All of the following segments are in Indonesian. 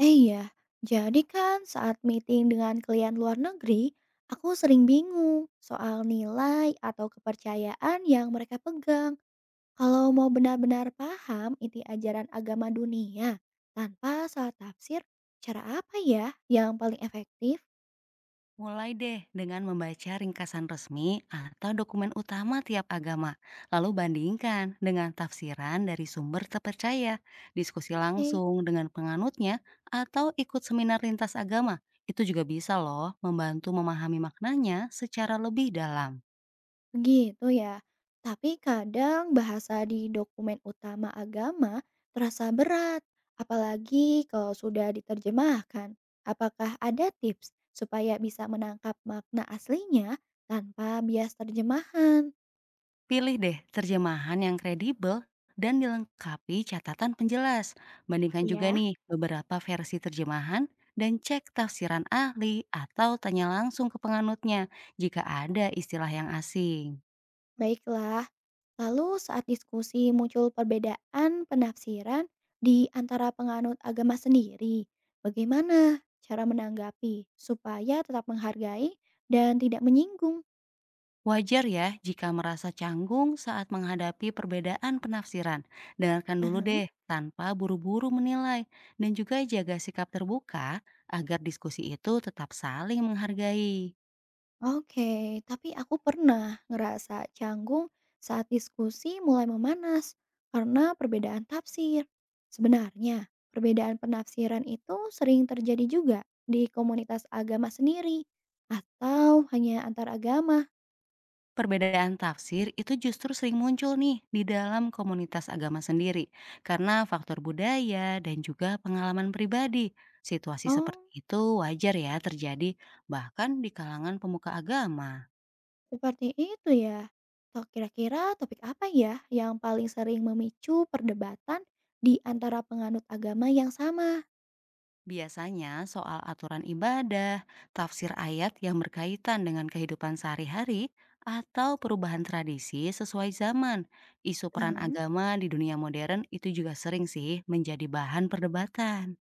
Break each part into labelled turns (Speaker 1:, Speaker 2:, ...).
Speaker 1: Iya, jadi kan saat meeting dengan klien luar negeri, aku sering bingung soal nilai atau kepercayaan yang mereka pegang. Kalau mau benar-benar paham inti ajaran agama dunia tanpa salah tafsir, cara apa ya yang paling efektif?
Speaker 2: Mulai deh dengan membaca ringkasan resmi atau dokumen utama tiap agama, lalu bandingkan dengan tafsiran dari sumber terpercaya, diskusi
Speaker 1: Oke.
Speaker 2: langsung dengan penganutnya, atau ikut seminar lintas agama. Itu juga bisa loh membantu memahami maknanya secara lebih dalam.
Speaker 1: Begitu ya. Tapi kadang bahasa di dokumen utama agama terasa berat, apalagi kalau sudah diterjemahkan. Apakah ada tips supaya bisa menangkap makna aslinya tanpa bias terjemahan?
Speaker 2: Pilih deh terjemahan yang kredibel dan dilengkapi catatan penjelas. Bandingkan juga
Speaker 1: Ya,
Speaker 2: nih beberapa versi terjemahan dan cek tafsiran ahli atau tanya langsung ke penganutnya jika ada istilah yang asing.
Speaker 1: baiklah. Lalu saat diskusi muncul perbedaan penafsiran di antara penganut agama sendiri, bagaimana cara menanggapi supaya tetap menghargai dan tidak menyinggung?
Speaker 2: Wajar ya jika merasa canggung saat menghadapi perbedaan penafsiran. Dengarkan dulu
Speaker 1: Aha.
Speaker 2: deh tanpa buru-buru menilai dan juga jaga sikap terbuka agar diskusi itu tetap saling menghargai.
Speaker 1: Oke, tapi aku pernah ngerasa canggung saat diskusi mulai memanas karena perbedaan tafsir. Sebenarnya, perbedaan penafsiran itu sering terjadi juga di komunitas agama sendiri atau hanya antar agama.
Speaker 2: Perbedaan tafsir itu justru sering muncul nih di dalam komunitas agama sendiri karena faktor budaya dan juga pengalaman pribadi. Situasi seperti
Speaker 1: Oh,
Speaker 2: itu wajar ya terjadi bahkan di kalangan pemuka agama.
Speaker 1: seperti itu ya. Toh kira-kira topik apa ya yang paling sering memicu perdebatan di antara penganut agama yang sama?
Speaker 2: Biasanya soal aturan ibadah, tafsir ayat yang berkaitan dengan kehidupan sehari-hari, atau perubahan tradisi sesuai zaman. Isu peran agama di dunia modern itu juga sering sih menjadi bahan perdebatan.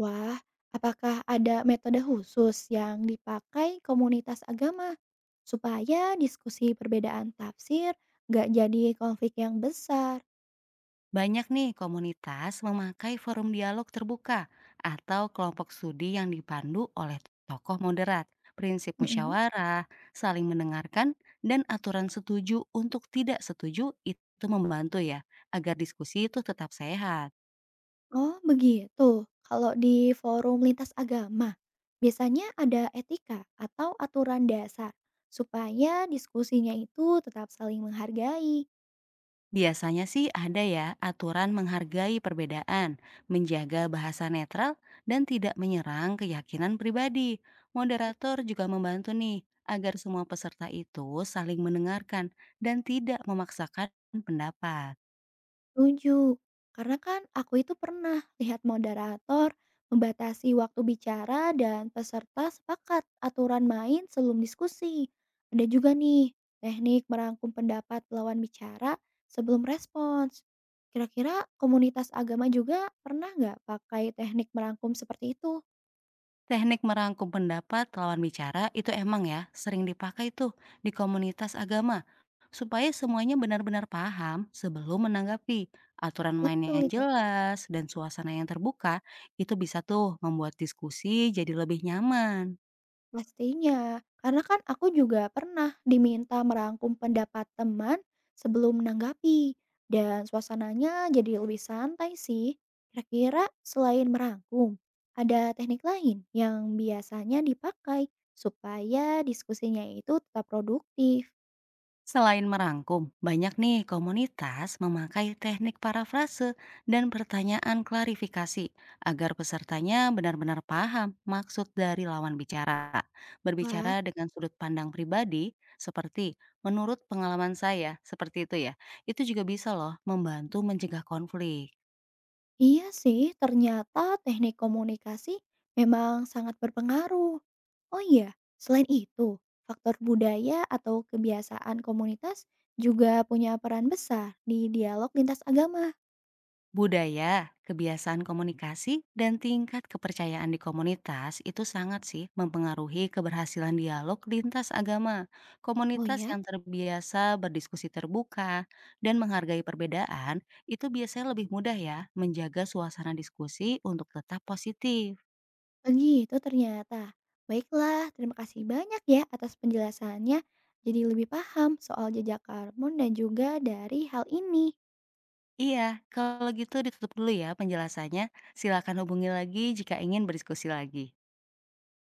Speaker 1: Wah, apakah ada metode khusus yang dipakai komunitas agama supaya diskusi perbedaan tafsir nggak jadi konflik yang besar?
Speaker 2: Banyak nih komunitas memakai forum dialog terbuka atau kelompok studi yang dipandu oleh tokoh moderat, prinsip
Speaker 1: Mm-mm.
Speaker 2: musyawarah, saling mendengarkan, dan aturan setuju untuk tidak setuju itu membantu ya, agar diskusi itu tetap sehat.
Speaker 1: Oh, begitu. Kalau di forum lintas agama, biasanya ada etika atau aturan dasar supaya diskusinya itu tetap saling menghargai.
Speaker 2: Biasanya sih ada ya aturan menghargai perbedaan, menjaga bahasa netral, dan tidak menyerang keyakinan pribadi. Moderator juga membantu nih agar semua peserta itu saling mendengarkan dan tidak memaksakan pendapat.
Speaker 1: Setuju, karena kan aku itu pernah lihat moderator membatasi waktu bicara dan peserta sepakat aturan main sebelum diskusi. Ada juga nih teknik merangkum pendapat lawan bicara sebelum respons. Kira-kira komunitas agama juga pernah nggak pakai teknik merangkum seperti itu?
Speaker 2: Teknik merangkum pendapat lawan bicara itu emang ya sering dipakai tuh di komunitas agama supaya semuanya benar-benar paham sebelum menanggapi. Aturan main
Speaker 1: Betul
Speaker 2: yang
Speaker 1: itu.
Speaker 2: jelas dan suasana yang terbuka itu bisa tuh membuat diskusi jadi lebih nyaman.
Speaker 1: Pastinya, karena kan aku juga pernah diminta merangkum pendapat teman sebelum menanggapi, dan suasananya jadi lebih santai sih. Kira-kira selain merangkum, ada teknik lain yang biasanya dipakai supaya diskusinya itu tetap produktif.
Speaker 2: Selain merangkum, banyak nih komunitas memakai teknik parafrase dan pertanyaan klarifikasi agar pesertanya benar-benar paham maksud dari lawan bicara.
Speaker 1: Wah,
Speaker 2: Berbicara dengan sudut pandang pribadi, seperti menurut pengalaman saya, seperti itu ya, itu juga bisa loh membantu mencegah konflik.
Speaker 1: iya sih, ternyata teknik komunikasi memang sangat berpengaruh. Oh iya, selain itu, faktor budaya atau kebiasaan komunitas juga punya peran besar di dialog lintas agama.
Speaker 2: Budaya, kebiasaan komunikasi, dan tingkat kepercayaan di komunitas itu sangat sih mempengaruhi keberhasilan dialog lintas agama.
Speaker 1: Oh
Speaker 2: Komunitas
Speaker 1: ya,
Speaker 2: yang terbiasa berdiskusi terbuka dan menghargai perbedaan itu biasanya lebih mudah ya menjaga suasana diskusi untuk tetap positif.
Speaker 1: begitu ternyata. Baiklah, terima kasih banyak ya atas penjelasannya. Jadi lebih paham soal jejak karbon dan juga dari hal ini.
Speaker 2: Iya, kalau gitu ditutup dulu ya penjelasannya. Silakan hubungi lagi jika ingin berdiskusi lagi.